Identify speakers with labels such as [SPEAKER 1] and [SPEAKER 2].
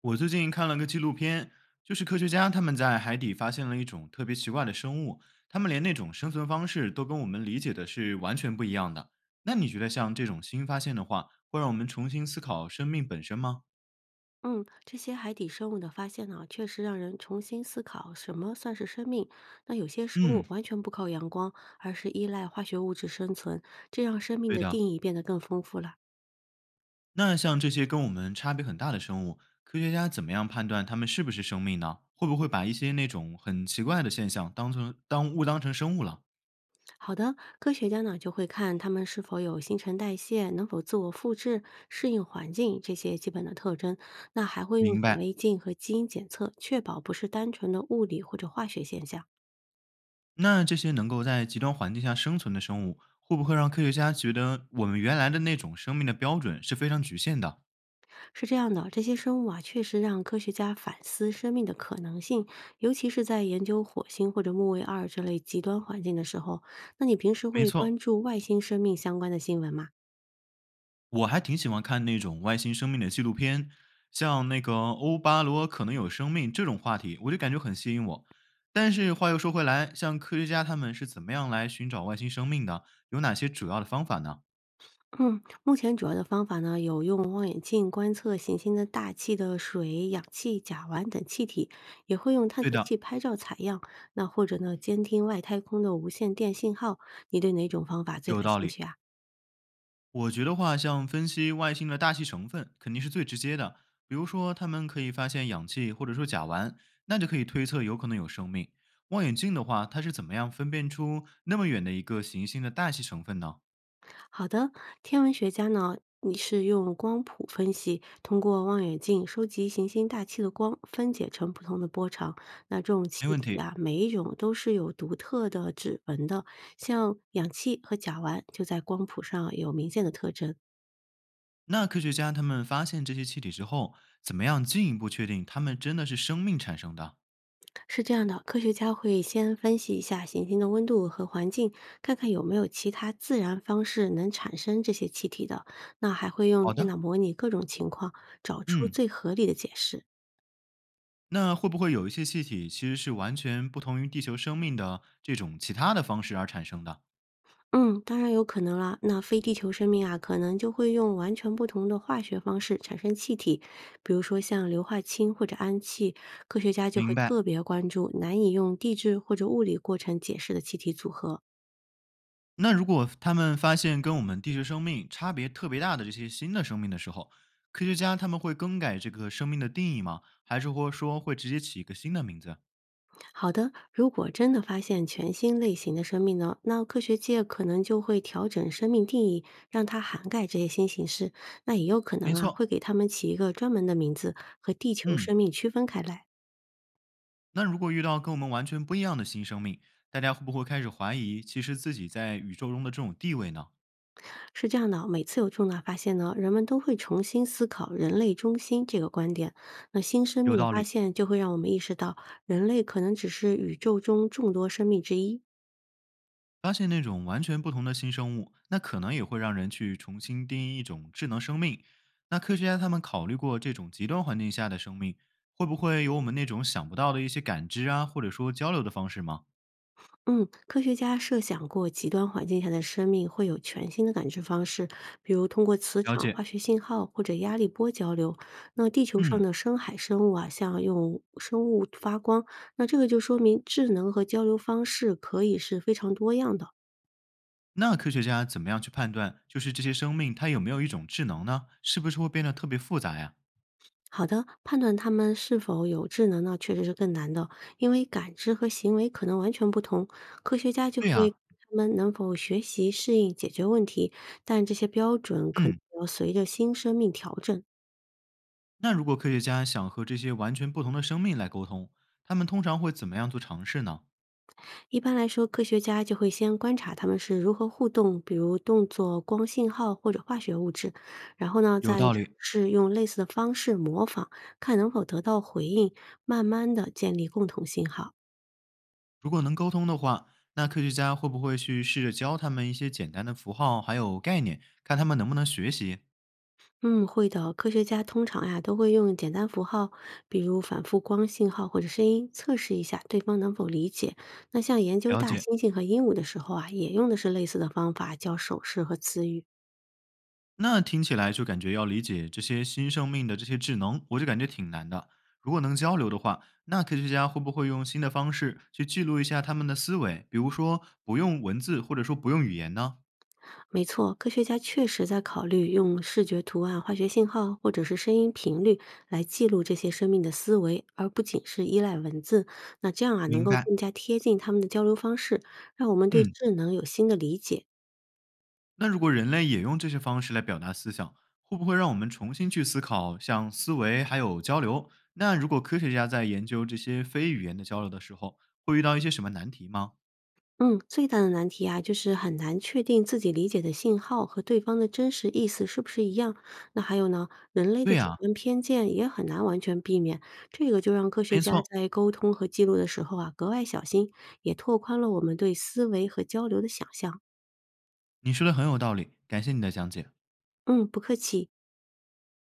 [SPEAKER 1] 我最近看了个纪录片，就是科学家他们在海底发现了一种特别奇怪的生物，他们连那种生存方式都跟我们理解的是完全不一样的。那你觉得像这种新发现的话，会让我们重新思考生命本身吗？
[SPEAKER 2] 嗯，这些海底生物的发现呢、确实让人重新思考什么算是生命。那有些生物
[SPEAKER 1] 嗯，
[SPEAKER 2] 完全不靠阳光，而是依赖化学物质生存，这让生命
[SPEAKER 1] 对
[SPEAKER 2] 的
[SPEAKER 1] 的。
[SPEAKER 2] 定义变得更丰富了。
[SPEAKER 1] 那像这些跟我们差别很大的生物，科学家怎么样判断它们是不是生命呢？会不会把一些那种很奇怪的现象当成当误当成生物了？
[SPEAKER 2] 好的，科学家呢就会看它们是否有新陈代谢，能否自我复制、适应环境这些基本的特征。那还会用
[SPEAKER 1] 明
[SPEAKER 2] 显
[SPEAKER 1] 白。
[SPEAKER 2] 微镜和基因检测，确保不是单纯的物理或者化学现象。
[SPEAKER 1] 那这些能够在极端环境下生存的生物，会不会让科学家觉得我们原来的那种生命的标准是非常局限的？
[SPEAKER 2] 是这样的，这些生物啊，确实让科学家反思生命的可能性，尤其是在研究火星或者木卫二这类极端环境的时候。那你平时
[SPEAKER 1] 没
[SPEAKER 2] 会
[SPEAKER 1] 错，
[SPEAKER 2] 关注外星生命相关的新闻吗？
[SPEAKER 1] 我还挺喜欢看那种外星生命的纪录片，像那个欧巴罗可能有生命这种话题，我就感觉很吸引我。但是话又说回来，像科学家他们是怎么样来寻找外星生命的？有哪些主要的方法呢？
[SPEAKER 2] 嗯，目前主要的方法呢，有用望远镜观测行星的大气的水、氧气、甲烷等气体，也会用探
[SPEAKER 1] 对
[SPEAKER 2] 测
[SPEAKER 1] 的，
[SPEAKER 2] 器拍照采样，那或者呢，监听外太空的无线电信号。你对哪种方法最
[SPEAKER 1] 有
[SPEAKER 2] 感
[SPEAKER 1] 道
[SPEAKER 2] 兴
[SPEAKER 1] 理。
[SPEAKER 2] 趣啊？
[SPEAKER 1] 我觉得话，像分析外星的大气成分，肯定是最直接的。比如说，他们可以发现氧气或者说甲烷，那就可以推测有可能有生命。望远镜的话，它是怎么样分辨出那么远的一个行星的大气成分呢？
[SPEAKER 2] 好的，天文学家呢，你是用光谱分析，通过望远镜收集行星大气的光，分解成不同的波长。那这种
[SPEAKER 1] 没
[SPEAKER 2] 气
[SPEAKER 1] 问
[SPEAKER 2] 体
[SPEAKER 1] 题。
[SPEAKER 2] 啊，每一种都是有独特的指纹的，像氧气和甲烷就在光谱上有明显的特征。
[SPEAKER 1] 那科学家他们发现这些气体之后，怎么样进一步确定它们真的是生命产生的？
[SPEAKER 2] 是这样的，科学家会先分析一下行星的温度和环境，看看有没有其他自然方式能产生这些气体的。那还会用
[SPEAKER 1] 好
[SPEAKER 2] 电
[SPEAKER 1] 的，
[SPEAKER 2] 脑模拟各种情况，找出
[SPEAKER 1] 嗯，
[SPEAKER 2] 最合理的解释。
[SPEAKER 1] 那会不会有一些气体其实是完全不同于地球生命的这种其他的方式而产生的？
[SPEAKER 2] 嗯，当然有可能啦。那非地球生命啊，可能就会用完全不同的化学方式产生气体，比如说像硫化氢或者氨气。科学家就会
[SPEAKER 1] 明白。
[SPEAKER 2] 特别关注难以用地质或者物理过程解释的气体组合。
[SPEAKER 1] 那如果他们发现跟我们地球生命差别特别大的这些新的生命的时候，科学家他们会更改这个生命的定义吗？还是或说会直接起一个新的名字？
[SPEAKER 2] 好的，如果真的发现全新类型的生命呢，那科学界可能就会调整生命定义，让它涵盖这些新形式。那也有可能
[SPEAKER 1] 没
[SPEAKER 2] 啊，
[SPEAKER 1] 错，
[SPEAKER 2] 会给它们起一个专门的名字，和地球
[SPEAKER 1] 嗯，
[SPEAKER 2] 生命区分开来。
[SPEAKER 1] 那如果遇到跟我们完全不一样的新生命，大家会不会开始怀疑其实自己在宇宙中的这种地位呢？
[SPEAKER 2] 是这样的啊，每次有重大发现呢，人们都会重新思考“人类中心”这个观点。那新生
[SPEAKER 1] 有
[SPEAKER 2] 命的
[SPEAKER 1] 道
[SPEAKER 2] 发
[SPEAKER 1] 理。
[SPEAKER 2] 现就会让我们意识到，人类可能只是宇宙中众多生命之一。
[SPEAKER 1] 发现那种完全不同的新生物，那可能也会让人去重新定义一种智能生命。那科学家他们考虑过这种极端环境下的生命，会不会有我们那种想不到的一些感知啊，或者说交流的方式吗？
[SPEAKER 2] 嗯，科学家设想过极端环境下的生命会有全新的感知方式，比如通过磁
[SPEAKER 1] 了
[SPEAKER 2] 场、
[SPEAKER 1] 解，
[SPEAKER 2] 化学信号或者压力波交流。那地球上
[SPEAKER 1] 嗯，
[SPEAKER 2] 的深海生物啊，像用生物发光，那这个就说明智能和交流方式可以是非常多样的。
[SPEAKER 1] 那科学家怎么样去判断，就是这些生命它有没有一种智能呢？是不是会变得特别复杂呀？
[SPEAKER 2] 好的，判断他们是否有智能呢，确实是更难的，因为感知和行为可能完全不同。科学家就
[SPEAKER 1] 对
[SPEAKER 2] 会
[SPEAKER 1] 呀、
[SPEAKER 2] 他们能否学习、适应、解决问题，但这些标准可能
[SPEAKER 1] 嗯，
[SPEAKER 2] 要随着新生命调整。
[SPEAKER 1] 那如果科学家想和这些完全不同的生命来沟通，他们通常会怎么样做尝试呢？
[SPEAKER 2] 一般来说，科学家就会先观察他们是如何互动，比如动作、光信号或者化学物质，然后呢，
[SPEAKER 1] 有
[SPEAKER 2] 再尝
[SPEAKER 1] 道理，
[SPEAKER 2] 试用类似的方式模仿，看能否得到回应，慢慢的建立共同信号。
[SPEAKER 1] 如果能沟通的话，那科学家会不会去试着教他们一些简单的符号还有概念，看他们能不能学习
[SPEAKER 2] 嗯，会的。科学家通常呀都会用简单符号，比如反复光信号或者声音，测试一下对方能否理解。那像研究
[SPEAKER 1] 了
[SPEAKER 2] 大
[SPEAKER 1] 解？
[SPEAKER 2] 猩猩和鹦鹉的时候啊，也用的是类似的方法，叫手势和词语。
[SPEAKER 1] 那听起来就感觉要理解这些新生命的这些智能，我就感觉挺难的。如果能交流的话，那科学家会不会用新的方式去记录一下他们的思维？比如说不用文字，或者说不用语言呢？
[SPEAKER 2] 没错，科学家确实在考虑用视觉图案、化学信号或者是声音频率来记录这些生命的思维，而不仅是依赖文字。那这样啊，能
[SPEAKER 1] 明
[SPEAKER 2] 够
[SPEAKER 1] 白，
[SPEAKER 2] 更加贴近他们的交流方式，让我们对
[SPEAKER 1] 嗯。
[SPEAKER 2] 智能有新的理解。
[SPEAKER 1] 那如果人类也用这些方式来表达思想，会不会让我们重新去思考像思维还有交流？那如果科学家在研究这些非语言的交流的时候，会遇到一些什么难题吗？
[SPEAKER 2] 嗯，最大的难题啊，就是很难确定自己理解的信号和对方的真实意思是不是一样。那还有呢，人类
[SPEAKER 1] 对
[SPEAKER 2] 的主
[SPEAKER 1] 呀、
[SPEAKER 2] 观偏见也很难完全避免，这个就让科学
[SPEAKER 1] 没
[SPEAKER 2] 家
[SPEAKER 1] 错，
[SPEAKER 2] 在沟通和记录的时候啊，格外小心，也拓宽了我们对思维和交流的想象。
[SPEAKER 1] 你说的很有道理，感谢你的讲解。
[SPEAKER 2] 嗯，不客气。